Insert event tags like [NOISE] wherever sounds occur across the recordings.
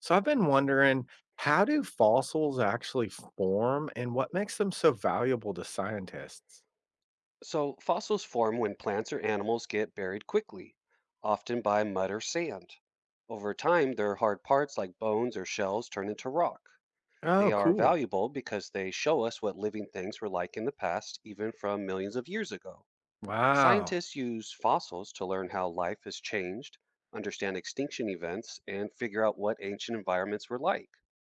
So I've been wondering, how do fossils actually form and what makes them so valuable to scientists? So, fossils form when plants or animals get buried quickly, often by mud or sand. Over time, their hard parts like bones or shells turn into rock. They Oh, are cool. valuable because they show us what living things were like in the past, even from millions of years ago. Wow. Scientists use fossils to learn how life has changed, understand extinction events, and figure out what ancient environments were like.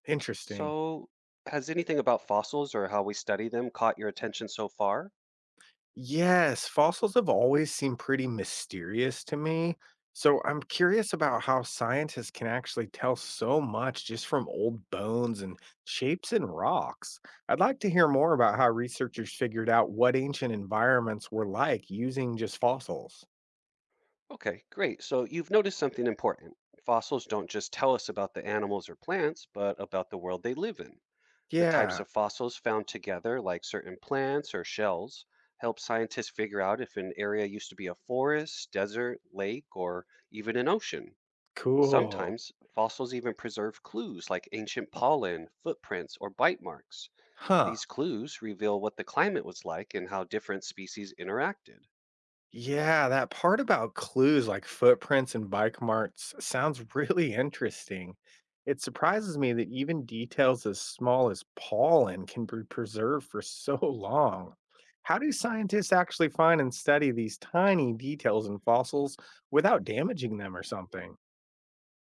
Interesting. So, has anything about fossils or how we study them caught your attention so far? Yes, fossils have always seemed pretty mysterious to me. So I'm curious about how scientists can actually tell so much just from old bones and shapes in rocks. I'd like to hear more about how researchers figured out what ancient environments were like using just fossils. Okay, great. So you've noticed something important. Fossils don't just tell us about the animals or plants, but about the world they live in. The types Yeah, of fossils found together, like certain plants or shells, help scientists figure out if an area used to be a forest, desert, lake, or even an ocean. cool. Sometimes fossils even preserve clues like ancient pollen, footprints, or bite marks. Huh. These clues reveal what the climate was like and how different species interacted. Yeah, that part about clues like footprints and bike marks sounds [LAUGHS] really interesting. It surprises me that even details as small as pollen can be preserved for so [LAUGHS] long. How do scientists actually find and study these tiny details in fossils without damaging them or something?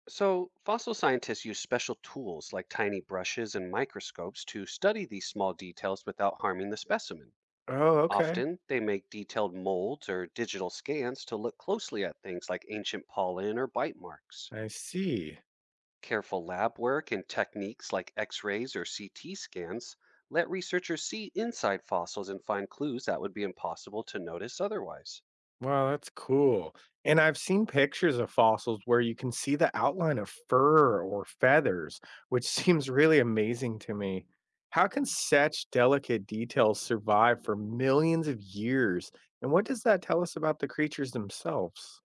So, fossil scientists use special tools like tiny brushes and microscopes to study these small details without harming the specimen. Oh, okay. Often, they make detailed molds or digital scans to look closely at things like ancient pollen or bite marks. I see. Careful lab work and techniques like X rays or CT scans let researchers see inside fossils and find clues that would be impossible to notice otherwise. Wow, that's cool. And I've seen pictures of fossils where you can see the outline of fur or feathers, which [LAUGHS] seems really amazing to me. How can such delicate details survive for millions of years? And what does that tell us about the creatures themselves?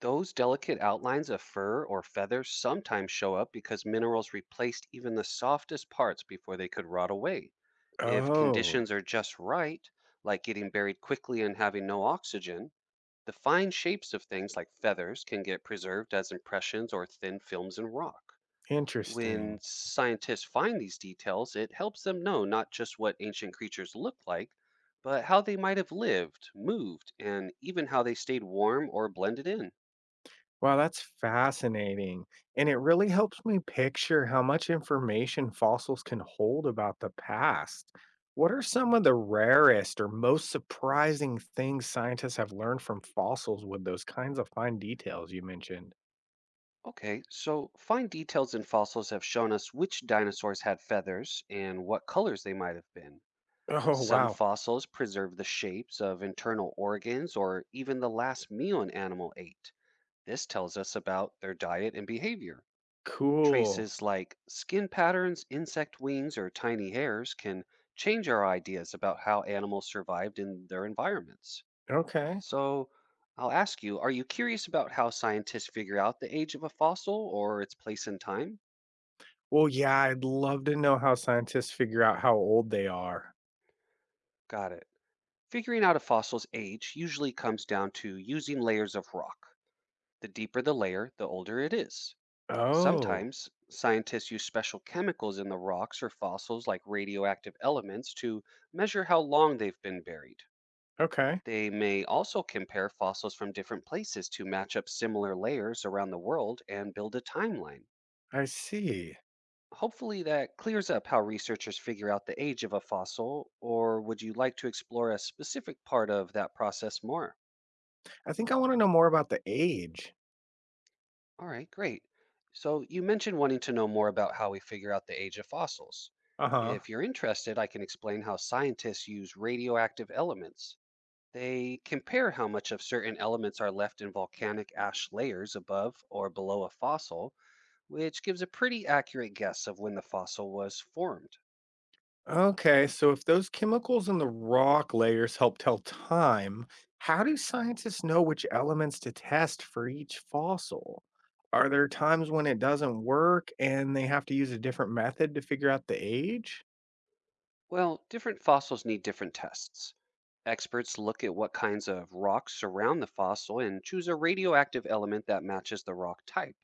Those delicate outlines of fur or feathers sometimes show up because minerals replaced even the softest parts before they could rot away. If Oh, conditions are just right, like getting buried quickly and having no oxygen, the fine shapes of things like feathers can get preserved as impressions or thin films in rock. When interesting. scientists find these details, it helps them know not just what ancient creatures looked like, but how they might have lived, moved, and even how they stayed warm or blended in. Wow, that's fascinating. And it really helps me picture how much information fossils can hold about the past. What are some of the rarest or most surprising things scientists have learned from fossils with those kinds of fine details you mentioned? Okay, so fine details in fossils have shown us which dinosaurs had feathers and what colors they might have been. Oh, Some wow. fossils preserve the shapes of internal organs or even the last meal an animal ate. This tells us about their diet and behavior. Cool. Traces like skin patterns, insect wings, or tiny hairs can change our ideas about how animals survived in their environments. Okay. So I'll ask you, are you curious about how scientists figure out the age of a fossil or its place in time? Well, yeah, I'd love to know how scientists figure out how old they are. Got it. Figuring out a fossil's age usually comes down to using layers of rock. The deeper the layer, the older it is. Oh, Sometimes scientists use special chemicals in the rocks or fossils, like radioactive elements, to measure how long they've been buried. okay. They may also compare fossils from different places to match up similar layers around the world and build a timeline. I see. Hopefully, that clears up how researchers figure out the age of a fossil, or would you like to explore a specific part of that process more? I think I want to know more about the age. All right, great. So, you mentioned wanting to know more about how we figure out the age of fossils. Uh huh. If you're interested, I can explain how scientists use radioactive elements. They compare how much of certain elements are left in volcanic ash layers above or below a fossil, which gives a pretty accurate guess of when the fossil was formed. Okay, so if those chemicals in the rock layers help tell time, how do scientists know which elements to test for each fossil? Are there times when it doesn't work and they have to use a different method to figure out the age? Well, different fossils need different tests. Experts look at what kinds of rocks surround the fossil and choose a radioactive element that matches the rock type,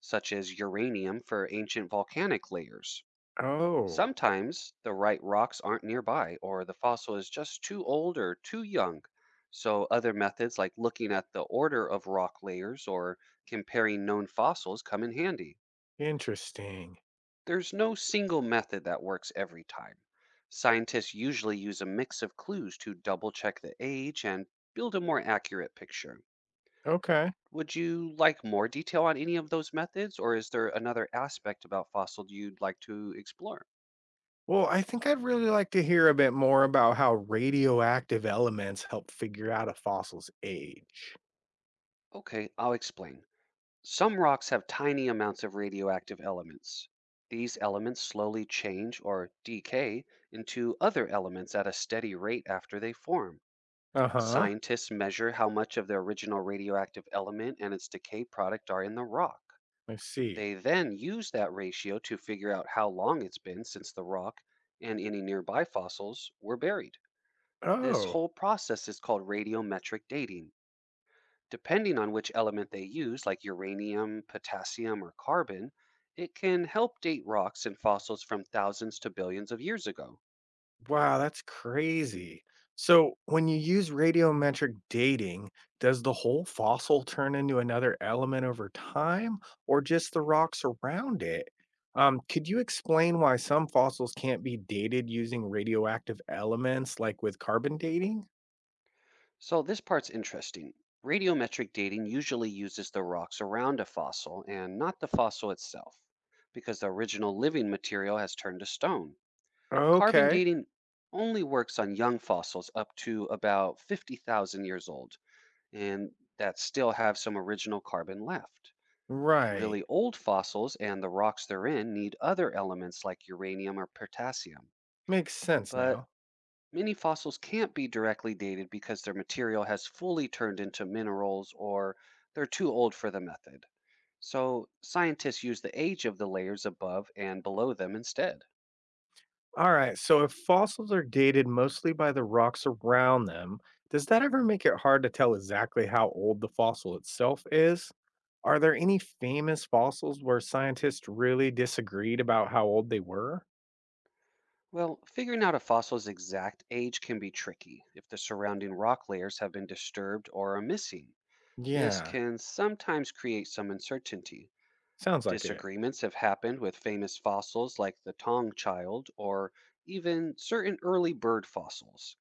such as uranium for ancient volcanic layers. Oh, Sometimes the right rocks aren't nearby, or the fossil is just too old or too young. So, other methods like looking at the order of rock layers or comparing known fossils come in handy. interesting. There's no single method that works every time. Scientists usually use a mix of clues to double check the age and build a more accurate picture. Okay. Would you like more detail on any of those methods, or is there another aspect about fossils you'd like to explore? Well, I think I'd really like to hear a bit more about how radioactive elements help figure out a fossil's age. Okay, I'll explain. Some rocks have tiny amounts of radioactive elements. These elements slowly change or decay into other elements at a steady rate after they form. Uh huh. Scientists measure how much of the original radioactive element and its decay product are in the rock. I see. They then use that ratio to figure out how long it's been since the rock and any nearby fossils were buried. This Oh, whole process is called radiometric dating. Depending on which element they use, like uranium, potassium, or carbon, it can help date rocks and fossils from thousands to billions of years ago. wow, that's crazy. So, when you use radiometric dating, does the whole fossil turn into another element over time or just the rocks around it? Could you explain why some fossils can't be dated using radioactive elements like with carbon dating? So this part's interesting. Radiometric dating usually uses the rocks around a fossil and not the fossil itself, because the original living material has turned to stone. Carbon Okay, dating only works on young fossils up to about 50,000 years old, and that still have some original carbon left. right. Really old fossils and the rocks they're in need other elements like uranium or potassium. Makes sense now. But Many fossils can't be directly dated because their material has fully turned into minerals or they're too old for the method. So, scientists use the age of the layers above and below them instead. All right, so if fossils are dated mostly by the rocks around them, does that ever make it hard to tell exactly how old the fossil itself is? Are there any famous fossils where scientists really disagreed about how old they were? Well, figuring out a fossil's exact age can be tricky if the surrounding rock layers have been disturbed or are missing. This Yeah, can sometimes create some uncertainty. sounds like it. Disagreements have happened with famous fossils like the Tong child or even certain early bird fossils.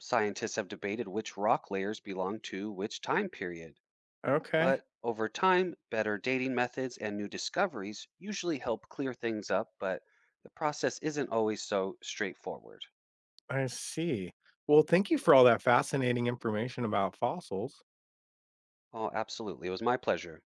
Scientists have debated which rock layers belong to which time period, Okay, but over time, better dating methods and new discoveries usually help clear things up, but the process isn't always so straightforward. I see. Well, thank you for all that fascinating information about fossils. Oh, absolutely. It was my pleasure.